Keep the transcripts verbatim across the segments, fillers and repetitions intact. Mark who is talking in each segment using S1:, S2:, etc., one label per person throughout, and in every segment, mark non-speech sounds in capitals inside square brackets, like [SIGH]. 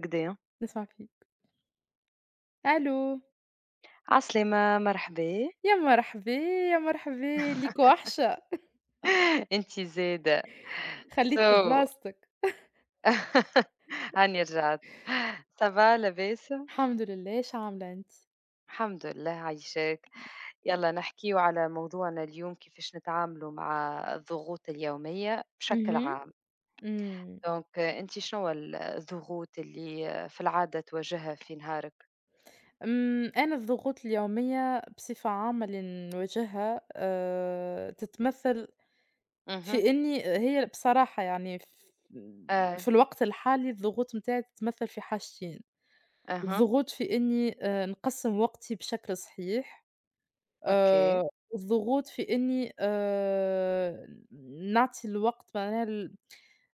S1: كدايا،
S2: نسمع فيك، ألو،
S1: عسلامة مرحبا،
S2: يا مرحبا، يا مرحبا، ليك وحشة،
S1: [LAUGHS] أنتِ زادة so
S2: خلّيتني بلاصتك،
S1: [LAUGHS] هاني رجعت، سافا لاباس؟
S2: الحمد لله، شو عاملة أنتِ؟
S1: الحمد لله عايشاك، يالّا نحكيو على موضوعنا اليوم كيفاش نتعاملوا مع الضغوط اليومية بشكل
S2: اهم،
S1: عام،
S2: إمم،
S1: دونك أنتِ شنوا ال الضغوط اللي في العادة تواجهها في نهارك؟
S2: إمم، أنا الضغوط اليومية بصفة عامة اللي نواجهها آآ، تتمثّل
S1: اهم،
S2: في إني هي بصراحة يعني ف
S1: آه،
S2: في الوقت الحالي الضغوط متاعي تتمثّل في حاجتين،
S1: أها،
S2: الضغوط في إني آآ، نقسّم وقتي بشكل صحيح. آآ،
S1: أوكي،
S2: والضغوط في إني آآ، نعطي الوقت معناها ال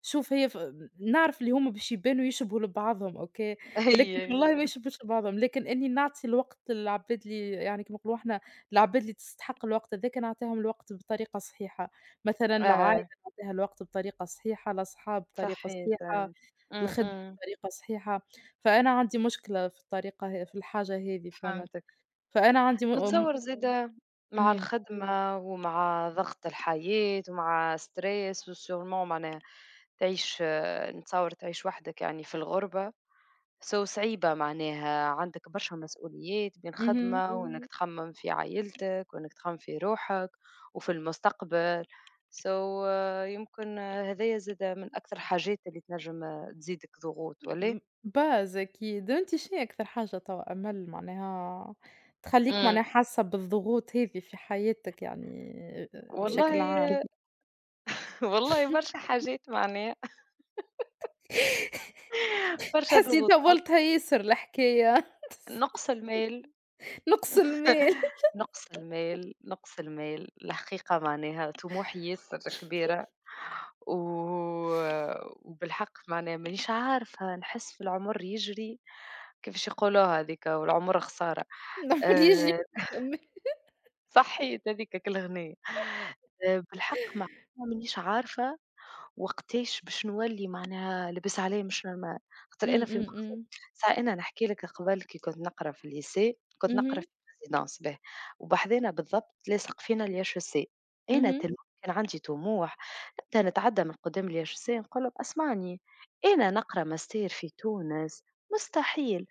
S2: شوف هي ف نعرف اللي هُم باش يبانوا يشبهوا لبعضهم أوكي،
S1: [LAUGHS]
S2: لكن
S1: أي،
S2: والله ما يشبهوش لبعضهم، لكن إني نعطي الوقت للعباد اللي يعني كيما نقولوا إحنا العباد اللي تستحق الوقت هذاك نعطيهم الوقت بطريقة صحيحة، مثلًا العائلة
S1: آه،
S2: نعطيها الوقت بطريقة صحيحة، الأصحاب بطريقة
S1: صحيت
S2: صحيحة،
S1: آه، إمم،
S2: الخدمة
S1: إمم،
S2: بطريقة صحيحة، فأنا عندي مشكلة في الطريقة ه في الحاجة هذه فهمت؟
S1: فهمتك.
S2: فأنا عندي م م
S1: نتصور زادة مع
S2: إمم.
S1: الخدمة ومع ضغط الحياة ومع ستريس وسيرمون معناها تعيش آه، نتصور تعيش وحدك يعني في الغربة سو صعيبة معناها عندك برشا مسؤوليات بين
S2: اهم.
S1: خدمة وإنك مم. تخمم في عائلتك وإنك تخمم في روحك وفي المستقبل سو يمكن آه، هذايا زاد من أكثر الحاجات اللي تنجم آه، تزيدك ضغوط ولا؟
S2: م باز أكيد، أنتِ شنو أكثر حاجة توا أمل معناها تخلّيك
S1: مم.
S2: معناها حاسة بالضغوط هذي في حياتك يعني آآ
S1: والله
S2: بشكل
S1: [LAUGHS]
S2: عام؟
S1: أكيد، والله برشا حاجات معناها،
S2: [LAUGHS]
S1: برشا
S2: تحسّي
S1: ضغوطات،
S2: طوّلتها ياسر الحكاية [LAUGHS]
S1: نقص المال.
S2: نُقص المال
S1: [LAUGHS]
S2: [LAUGHS]
S1: نقص المال، نقص المال، الحقيقة معناها طموحي ياسر كبيرة و... وبالحق معناها مانيش عارفة نحس في العمر يجري، كيفاش يقولوها هذيك والعمر خسارة.
S2: العمر يجري
S1: آه،
S2: إمم،
S1: صحيت، هذيك كالغنية. آه، بالحق ما مانيش عارفة وقتاش باش نولي معناها، لبس عليَّ مش normal. خاطر أنا
S2: إمم،
S1: في مخي
S2: إمم.
S1: ساعة أنا نحكي لك قبل، كي كنت نقرا في الlycée، كنت نقرا
S2: اهم،
S1: في résidence باهي، وبحذانا بالضبط لاصق فينا الHEC. أنا
S2: اهم،
S1: تلميذة، كان عندي طموح، نبدا نتعدى من قدام الHEC نقول لهم اسمعني، أنا نقرا ماستير في تونس مستحيل،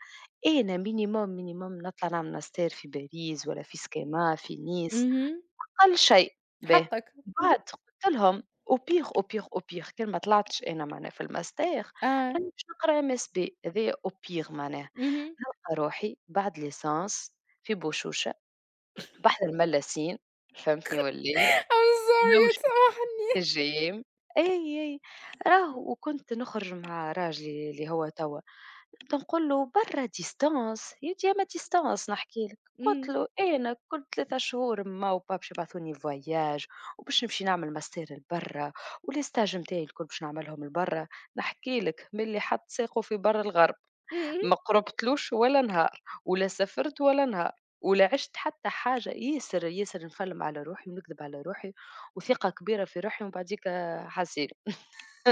S1: أنا minimum minimum نطلع نعمل ماستير في باريس والّا في سكيما في نيس،
S2: اهم.
S1: أقل شيء باهي.
S2: حقك،
S1: بعد قلت لهم au pire au pire au pire كان ما طلعتش أنا معناها في الماستر،
S2: آه،
S1: راني باش نقرا إم إس بي، هذايا au pire معناها،
S2: اهم.
S1: نلقى روحي بعد ليسانس في بوشوشة بحر الملاسين، فهمتني والّا إيه،
S2: I'm sorry
S1: نوجد نفسي في
S2: سامحني.
S1: التجريم. أي، أي، راهو وكنت نخرج مع راجلي اللي هو توا تنقول له برا ديستانس يا ديما ديستانس، نحكي لك قلت
S2: إمم،
S1: له "إيه، انا كل ثلاثة شهور ما وبا باش يبعثوني فواياج وباش نمشي نعمل ماستير لبرا، وليستاج نتاعي الكل باش نعملهم لبرا. نحكي لك، ملي حط ساقه في بر الغرب
S2: إمم.
S1: ما قربتلوش ولا نهار، ولا سافرت ولا نهار، ولا عشت حتى حاجة، ياسر ياسر نفلم على روحي ونكذب على روحي وثقة كبيرة في روحي، ومن بعديك حاسين.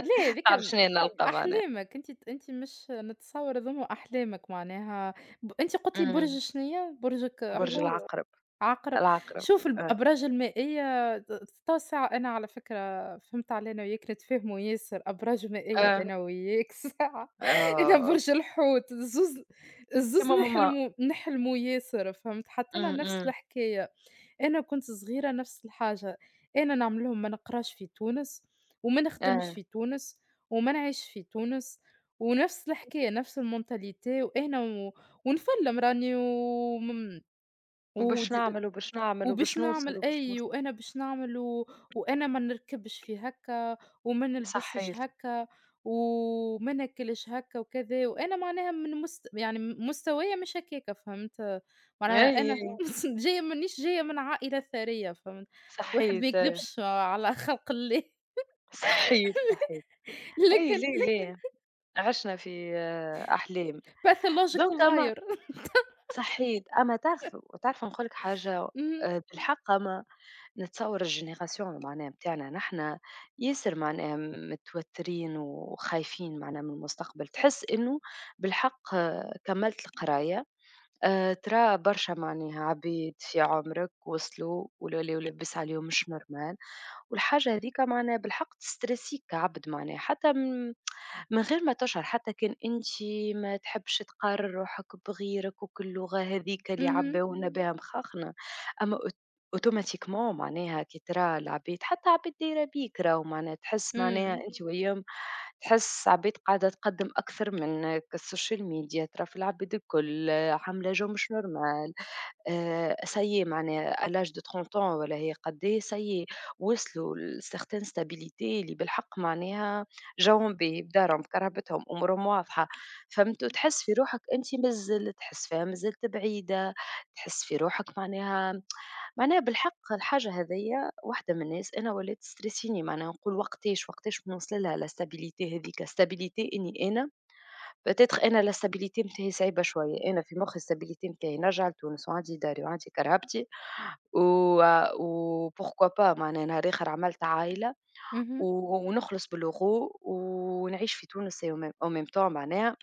S2: لا
S1: [LAUGHS]
S2: هاذيك
S1: تعرف
S2: م
S1: شنو نلقى معناها.
S2: أحلامك أنتِ ت أنتِ مش نتصوّر هاذوما أحلامك معناها ب أنتِ قُلت لي برج
S1: أمم،
S2: شنيا؟ برجك
S1: برج بالضبط
S2: حوت،
S1: العقرب،
S2: عقرب،
S1: العقرب.
S2: شوف الأبراج المائية ت تتوسع أنا على فكرة فهمت على أنا وياك نتفاهموا ياسر، أبراج مائية
S1: آه،
S2: أنا وياك [LAUGHS] ساعة أنا
S1: آه،
S2: برج الحوت الزوز الزوز
S1: كما ماما.
S2: نحلموا نحلموا ياسر فهمت، حطينا
S1: إمم،
S2: نفس
S1: إمم،
S2: الحكاية. أنا كنت صغيرة نفس الحاجة، أنا نعمل لهم ما نقراش في تونس، وما نخدمش
S1: آه،
S2: في تونس، وما نعيش في تونس، ونفس الحكاية نفس الmentalité وأنا و ونفلّم راني وم
S1: وباش
S2: ود
S1: نعمل وباش نعمل وباش
S2: وباش
S1: نوصل
S2: نعمل
S1: وباش
S2: أي
S1: نوصل،
S2: وأنا باش نعمل و وأنا ما نركبش في هكا، وما نلبسش
S1: صحيت،
S2: هكا، وما ناكلش هكا وكذا، وأنا معناها من مست يعني مستوايا مش هكاكا فهمت، معناها
S1: أي،
S2: أنا
S1: أي،
S2: [LAUGHS] جاية مانيش جاية من عائلة ثرية فهمت، الواحد ما
S1: صحيت، أي،
S2: يكذبش على خلق الله
S1: صحيت، صحيت،
S2: [LAUGHS]
S1: أي
S2: لكن
S1: ليه، ليه، عِشنا في آه، أحلام.
S2: pathological
S1: دونك أما،
S2: liar
S1: صحيت، أما تعرف، تعرف نقول لك حاجة،
S2: [LAUGHS] اهم،
S1: آآ، بالحق أما نتصور الجينيراسيون معناها بتاعنا نحنا ياسر معناها متوترين وخايفين معناها من المستقبل، تحس إنه بالحق آه، كمّلت القراية، آآ ترى برشا معناها عباد في عمرك وصلوا ولاو لاباس عليهم مش normal، والحاجة هاذيك معناها بالحق تستريسيك كعبد معناها، حتى م من غير ما تشعر، حتى كان أنتِ ما تحبش تقارن روحك بغيرك وكل لغة هاذيك اللي
S2: اهم،
S1: عباونا بها مخاخنا. أما أوت أوتوماتيكمون معناها كي ترى العباد حتى عباد دايرة بيك راهو معناها تحس معناها
S2: إمم،
S1: أنتِ وياهم، تحس عباد قاعدة تقدم أكثر منك، السوشيال ميديا ترى في العباد الكل عاملة جو مش normal. آآ ça y est معناها à l'âge de trente ans والّا هي قد إيه ça y est وصلوا لcertain stabilité اللي بالحق معناها جوهم باهي بدارهم بكرهبتهم أمورهم واضحة، فهمت؟ وتحس في روحك أنت مازلت تحس فيها مازلت بعيدة، تحس في روحك معناها، معناها بالحق الحاجة هاذيا واحدة من الناس أنا ولات تستريسيني معناها، نقول وقتاش، وقتاش بنوصل لها الstabilité هاذيك، stabilité إني أنا باتيتر أنا الاستابيليتي متاعي صعيبة شوية، أنا في مخي الاستابيليتي متاعي نرجع لتونس وعندي داري وعندي كرهبتي و وPourquoi pas معناها نهار آخر عملت عايلة، و
S2: اهم.
S1: ونخلص بالEuro ونعيش في تونس et en même en même temps معناها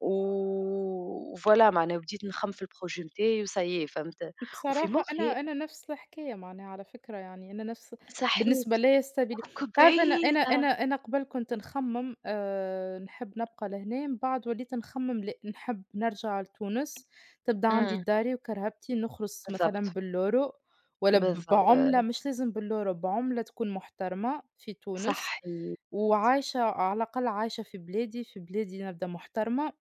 S1: و voilà معناها، وبديت نخمم في الprojet متاعي وça y est، فهمت؟ وفي
S2: بصراحة أنا
S1: مخي،
S2: أنا نفس الحكاية معناها على فكرة يعني أنا نفس
S1: صحيت،
S2: بالنسبة ليا الstability
S1: دوك
S2: تعرف أنا أنا أنا
S1: بعيدة.
S2: أنا قبل كنت نخمم آآ نحب نبقى لهنا من بعد وليت نخمم لأ نحب نرجع لتونس، تبدا عندي
S1: إمم،
S2: داري وكرهبتي، نخرج
S1: بالضبط،
S2: مثلًا باليورو ولا ب
S1: بالضبط،
S2: بعملة مش لازم باليورو، بعملة تكون محترمة في تونس،
S1: صحيت،
S2: وعايشة على الأقل عايشة في بلادي، في بلادي نبدا محترمة.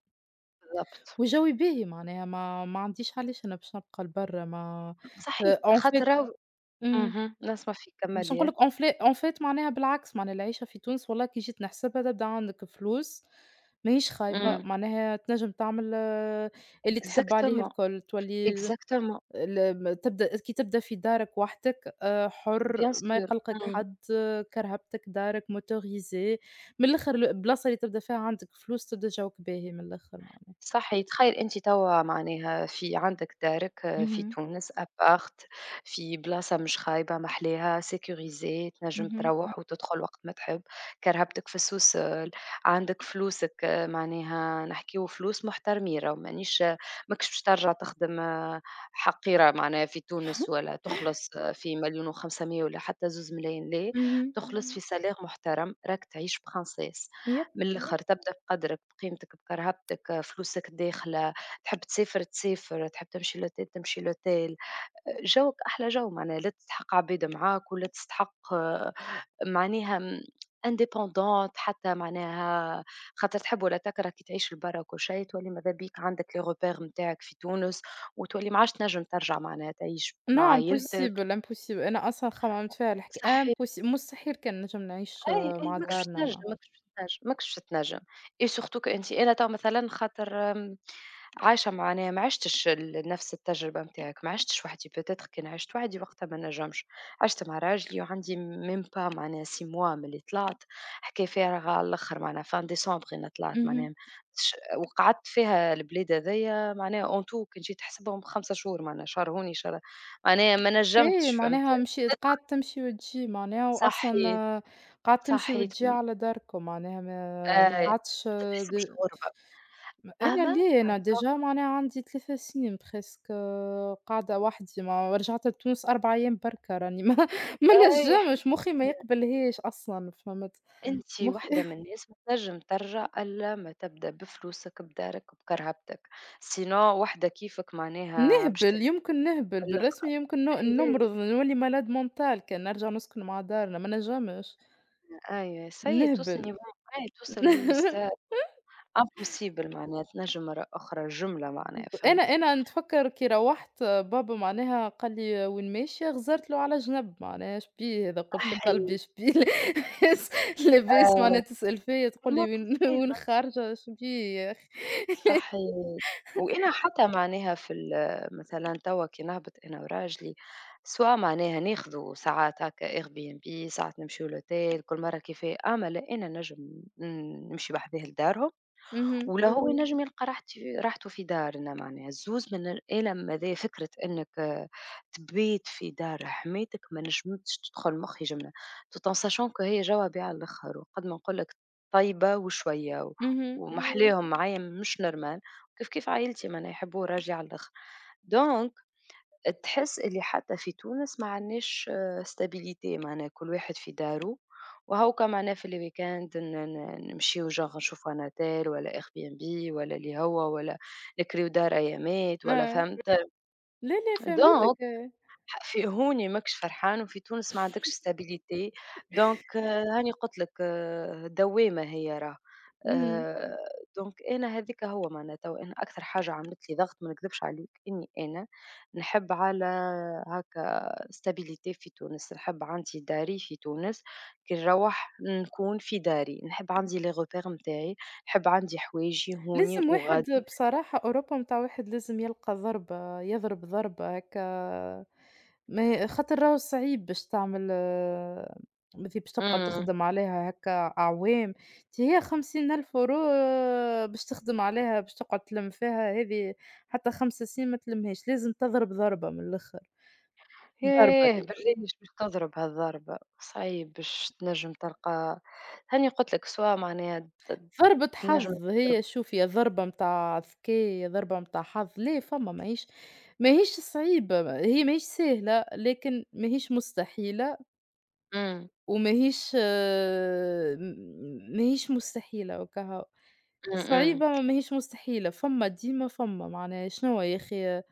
S1: بالضبط،
S2: وجوي باهي معناها ما ما عنديش علاش أنا باش نبقى لبرا ما
S1: صحيت
S2: آآ en fait
S1: خاطر راهو،
S2: إمم،
S1: اهم، نسمع فيك كمل
S2: باش نقول
S1: لي.
S2: لك en fait en fait معناها بالعكس معناها العيشة في تونس والله كي جيت نحسبها تبدا عندك فلوس ماهيش
S1: Mmh.
S2: خايبة،
S1: Mmh.
S2: معناها تنجم تعمل آه، اللي تحب عليه
S1: Exactement,
S2: الكل، تولي
S1: exactement,
S2: ال م تبدا كي تبدا في دارك وحدك آآ حُر،
S1: bien
S2: ما
S1: sûr.
S2: يقلقك
S1: Mmh.
S2: حد، آه، كرهبتك، دارك، motorisé من الآخر البلاصة اللي تبدا فيها عندك فلوس تبدا جوك باهي من الآخر معناها.
S1: صحي تخيل أنت توا معناها في عندك دارك آآ، في
S2: اهم،
S1: تونس apart، في بلاصة مش خايبة محلاها sécurisée، تنجم إمم.
S2: اهم.
S1: تروّح وتدخل وقت ما تحب، كرهبتك في السوسول، عندك فلوسك آآ، معناها نحكيو فلوس محترمين راهو مانيش آه، ماكش باش ترجع تخدم آآ، حقيرة معناها في تونس ولا تخلص آه، في مليون وخمسمية ألف ولا حتى مليونين لا،
S2: اهم.
S1: تخلص إمم. في salaire محترم راك تعيش princess.
S2: يب.
S1: من اهم. الآخر تبدأ بقدرك، بقيمتك، بكرهبتك، آه، فلوسك داخلة، تحب تسافر تسافر، تحب تمشي لأوتيل تمشي لأوتيل، جوك أحلى جو معناها لا تستحق عباد معاك ولا تستحق آه، معناها م indépendante حتى معناها، خاطر تحب ولا تكره كي تعيش لبرا وكل شيء تولي ماذا بيك عندك les repères متاعك في تونس، وتولي ما عادش تنجم ترجع معناها تعيش
S2: No
S1: مع فهمتك. عايلتك،
S2: impossible، impossible أنا أصلًا خممت فيها الحكا
S1: صحيح.
S2: impossible مستحيل كان نجم نعيش
S1: أي،
S2: آه،
S1: أي إمم.
S2: مع
S1: ماكش
S2: دارنا
S1: تنجم،
S2: مع
S1: ماكش تنجم، ماكش تنجم. et surtout كأنتِ أنا توا مثلًا خاطر آمم، عايشة مع أنا ما عشتش ال نفس التجربة نتاعك، ما عشتش وحدي peut-être كان عشت وحدي وقتها ما نجمش، عشت مع راجلي وعندي même pas معناها ست mois من اللي طلعت، حكاية فارغة على الآخر معناها fin décembre أنا طلعت
S2: اهم.
S1: معناها، ش وقعدت فيها البلاد هاذيا معناها en tout كان جيت نحسبهم 5 شهور، معناها شهر هوني شهر، معناها ما
S2: إيه
S1: نجمتش، فهمت؟
S2: معناها مشيت قعدت تمشي وتجي معناها
S1: صحيت،
S2: وأصلًا قعدت تمشي
S1: صحيت.
S2: وتجي على داركم معناها ما ما
S1: آآ،
S2: قعدتش
S1: أنت تحس
S2: د
S1: بالشعور بقى،
S2: م أنا
S1: فاهمة؟
S2: ليه أنا déjà
S1: بالضبط.
S2: معناها عندي 3 سنين presque آه، قاعدة وحدي ما رجعت لتونس 4 أيام بركا راني ما [LAUGHS] ما
S1: أي
S2: نجمش
S1: احكي
S2: مخي ما
S1: لي،
S2: يقبلهاش أصلًا فهمت؟
S1: أنتِ
S2: مخي
S1: واحدة من الناس ما تنجم ترجع إلا ما تبدأ بفلوسك، بدارك، بكرهبتك، sinon واحدة كيفك معناها باش
S2: نهبل،
S1: تهبط
S2: يمكن نهبل،
S1: من
S2: بالرسمي
S1: الآخر.
S2: يمكن ن
S1: أي لا،
S2: نمرض، نولي malade mental كنرجع نسكن مع دارنا، ما نجمش،
S1: لا، أي سيّ توصل
S2: نهبل.
S1: niveau، أي
S2: [LAUGHS]
S1: توصل stade impossible معناها، تنجم مرّة أخرى الجملة معناها،
S2: أنا
S1: فهمت؟
S2: أنا نتفكّر كي روّحت بابا معناها قال لي: "وين ماشية؟" غزرت له على جنب معناها إيش بيه هذا، قُلت في قلبي
S1: صحيح.
S2: إيش بيه [LAUGHS] لاباس
S1: آآ،
S2: لاباس معناها تسأل فيّا تقول لي:
S1: الموت
S2: "وين
S1: الثاني.
S2: وين خارجة؟" إيش بيه يا أخي. [LAUGHS]
S1: صحيح، وأنا حتى معناها في ال مثلًا توا كي نهبط أنا وراجلي، سوا معناها ناخذوا ساعات هكا Airbnb، ساعات نمشيو لأوتيل كل مرة كيفاه، أما لأ أنا نجم ن نمشي بحذاه لدارهم.
S2: اهم،
S1: ولا هو اهم. ينجم يلقى راحت راحته في دارنا معناها، الزوز من الألم هذايا فكرة إنك آه، تبيت في دار حماتك ما نجمتش تدخل مخي جملة، tout en sachant que هي جوابي على الآخر، وقد ما نقول لك طيبة وشوية و إمم.
S2: اهم،
S1: ومحليهم معايا مش normal، كيف كيف عايلتي معناها يحبوه راجي على الآخر، donc تحس اللي حتى في تونس ما عندناش آه، stabilité معناها كل واحد في دارو، وهوكا معناها في الweekend ن ن نمشيو genre نشوفوا Anatel والّا Airbnb، والّا اللي هو، والّا نكريو دار أيامات والّا،
S2: آه.
S1: فهمت؟
S2: لا، لا
S1: إمم،
S2: فهمتك،
S1: donc
S2: آه.
S1: ح في هوني ماكش فرحان، وفي تونس ما عندكش stabilité، دونك آه، هاني قُلت لك آه، دوّامة هي راه،
S2: إمم.
S1: آآ دونك أنا هاذيك هو معناتها، وأنا أكثر حاجة عملت لي ضغط ما نكذبش عليك إني أنا نحب على هاكا stabilité في تونس، نحب عندي داري في تونس، كي نروّح نكون في داري، نحب عندي les repères متاعي، نحب عندي حوايجي هوني
S2: لازم واحد
S1: وغادي. [LAUGHS]
S2: بصراحة أوروبا متاع واحد لازم يلقى ضربة يضرب ضربة هكا ما ي- خاطر راهو صعيب باش تعمل آه، مثي باش تبقى
S1: إمم.
S2: تخدم عليها هكا أعوام تي هي خمسين ألف أورو آه، باش تخدم عليها باش تقعد تلم فيها هذه حتى خمسة سنين ما تلمهاش لازم تضرب ضربة من الآخر ضربة
S1: ياه! بالله مش باش تضرب هالضربة، صعيب باش تنجم تلقى، هاني قُلت لك سوا معناها،
S2: ضربة
S1: تنجم فاهمة.
S2: حظ
S1: تضرب،
S2: هي شوف يا ضربة متاع ذكاء يا ضربة متاع حظ، لا فما ماهيش ماهيش صعيبة، هي ماهيش سهلة لكن ماهيش مستحيلة
S1: إمم،
S2: وماهيش آه، م ماهيش مستحيلة وكهو،
S1: إمم، إمم،
S2: صعيبة ما ماهيش مستحيلة، فما ديما فما معناها شنوا يا أخي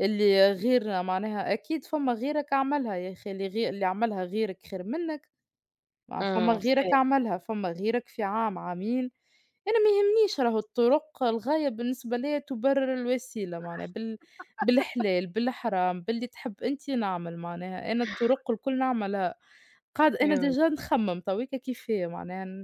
S2: اللي غيرنا معناها أكيد فما غيرك عملها يا أخي اللي غي اللي عملها غيرك خير منك ما فما
S1: إمم،
S2: غيرك
S1: صحيح،
S2: عملها، فما غيرك في عام، عامين، أنا ما يهمنيش راهو الطرق الغاية بالنسبة ليّا تبرر الوسيلة معناها بال بالحلال، بالحرام، باللي تحب أنتِ نعمل معناها، أنا الطرق الكل نعملها، قاعدة أنا
S1: إمم،
S2: ديجا نخمم تويكا كيفاه معناها ن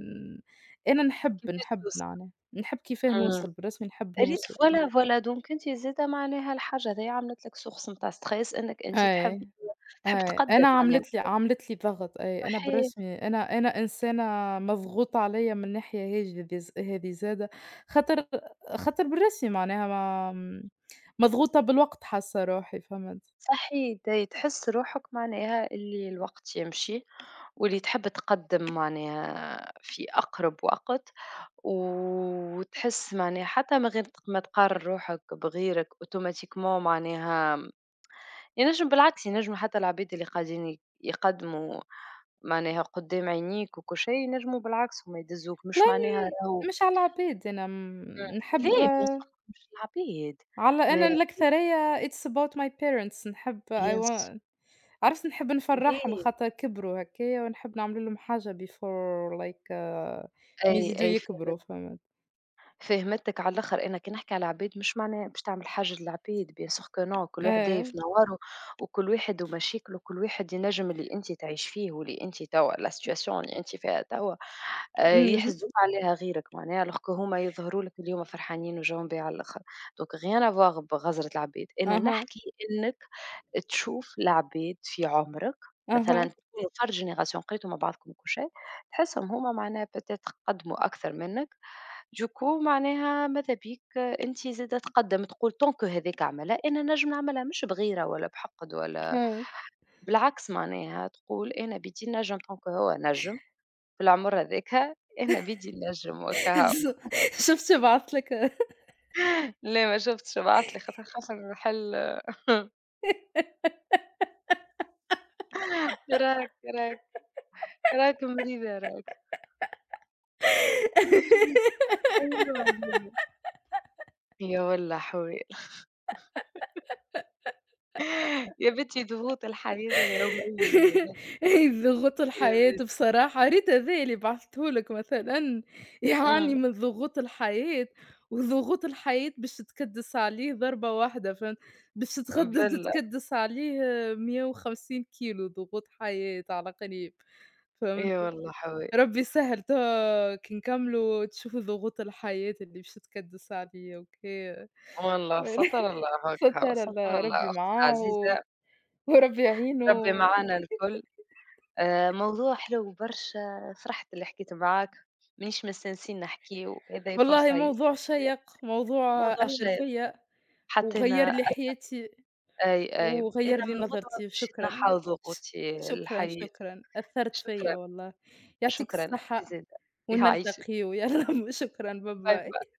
S2: أنا نحب،
S1: كيفاش
S2: نحب
S1: توصل؟
S2: معناها، نحب كيفاه
S1: إمم،
S2: نوصل، بالرسمي نحب
S1: يا ريت،
S2: نوصل.
S1: فوالا، فوالا دونك أنتِ زادة معناها الحاجة هاذيا عملت لك source نتاع stress إنك أنتِ تحب
S2: أي.
S1: تحب
S2: أي،
S1: تقدّم
S2: أنا
S1: معناها،
S2: عملت لي عملت لي ضغط أي، أنا
S1: صحيح،
S2: بالرسمي أنا أنا إنسانة مضغوطة عليَّ من ناحية هاجذ ز هذه زادة، خاطر خاطر بالرسمي معناها ما م مضغوطة بالوقت حاسة روحي فهمت؟
S1: صحيح ت تحس روحك معناها اللي الوقت يمشي، واللي تحب تقدّم معناها في أقرب وقت. وتحس معناها حتى من غير تق- ما تقرر روحك بغيرك اوتوماتيكمون معناها ينجم بالعكس، ينجم حتى العباد اللي قاعدين ي- يقدموا معناها قدام عينيك وكل شيء ينجموا بالعكس هما يدزوك،
S2: والله
S1: مش معناها راهو.
S2: م مش على العباد أنا م
S1: ليه
S2: نحب
S1: بيان سور مش العبيد،
S2: على أنا
S1: ما
S2: الأكثرية it's about my parents نحب I
S1: بيان سور
S2: wa عرفت نحب نفرحهم
S1: ليه،
S2: خاطر كبروا هكايا ونحب نعمل لهم حاجة before like uh,
S1: اي،
S2: ما يزيدوا
S1: اي،
S2: يكبروا فهمت؟
S1: فهمتك على الآخر، أنا كي نحكي على العباد مش معناها باش تعمل حاجة للعباد، bien sûr que non، كل واحد داير
S2: إيه.
S1: في
S2: [LAUGHS]
S1: نواره، وكل واحد ومشاكله، وكل واحد ينجم اللي أنت تعيش فيه واللي أنت توا la situation اللي أنت فيها توا آآ
S2: اهم.
S1: يحسدوك عليها غيرك معناها، alors que هُم يظهروا لك اليوم فرحانين وجاهم بيه على الآخر، donc rien à voir بغزرة العباد، أنا
S2: أها،
S1: نحكي إنك تشوف العباد في عمرك، مثلًا
S2: أها،
S1: تكونوا فرد génération لقيتوا مع بعضكم وكل شيء، تحسهم هُم معناها peut être قدموا أكثر منك. Ducoup معناها ماذا بيك أنتِ زادة تقدّم، تقول tant que هاذاك عملها، أنا نجم نعملها مش بغيرة ولا بحقد ولا،
S2: فهمت.
S1: بالعكس معناها تقول أنا بيدي نجم tant que هو نجم في العمر هاذاك، أنا بيدي نجم وكهو.
S2: [LAUGHS] شُفت بعثت لك
S1: لا ما شُفتش، ابعت لي خاطر خاصة نحل، راك، راك، راك مريضة راك. [LAUGHS] أيوة. يا والله حوال، يا بنتي ضغوط الحياة اليومية، يا بنتي،
S2: [LAUGHS] ضغوط
S1: يا
S2: الحياة
S1: بنتي.
S2: بصراحة، رضا ذا اللي بعثته لك مثلًا يعاني
S1: إمم،
S2: من ضغوط الحياة، وضغوط الحياة باش تكدّس عليه ضربة واحدة فهمت، باش تغد [LAUGHS]
S1: بالله،
S2: تتكدّس عليه 150 كيلو ضغوط حياة على قريب، فهمت،
S1: يا والله حوال.
S2: ربي يسهّل توا كي نكملوا تشوفوا ضغوط الحياة اللي باش تكدّس عليا أوكي.
S1: والله ستر
S2: [LAUGHS]
S1: الله هكا،
S2: ستّر
S1: ستر
S2: الله،
S1: الله
S2: ربي
S1: أختي
S2: معاه
S1: العزيزة،
S2: و وربي
S1: ربي
S2: يعينه.
S1: معانا الكل. آآ موضوع حلو برشا، فرحت اللي حكيت معاك، مانيش مستنسين نحكيو، هذي
S2: والله
S1: فرصة ياسر
S2: موضوع
S1: باهية.
S2: شيّق، موضوع
S1: موضوع
S2: أثّر
S1: شيق،
S2: فيّا وغيّر
S1: حطينا
S2: لي حياتي
S1: أي، أي. أنا
S2: وغيّر لي
S1: من غدوة
S2: نظرتي،
S1: مشيت
S2: شكرًا.
S1: نحاول
S2: ش
S1: ضغوطي
S2: شكرًا،
S1: الحياة.
S2: شكرًا، أثّرت فيّا
S1: شكرًا،
S2: والله. يعطيك
S1: شكرًا أنتِ
S2: الصحة
S1: زادة. يعيشك.
S2: ونلتقيو يا رب، [LAUGHS] شكرًا، باي
S1: باي باي.
S2: باي.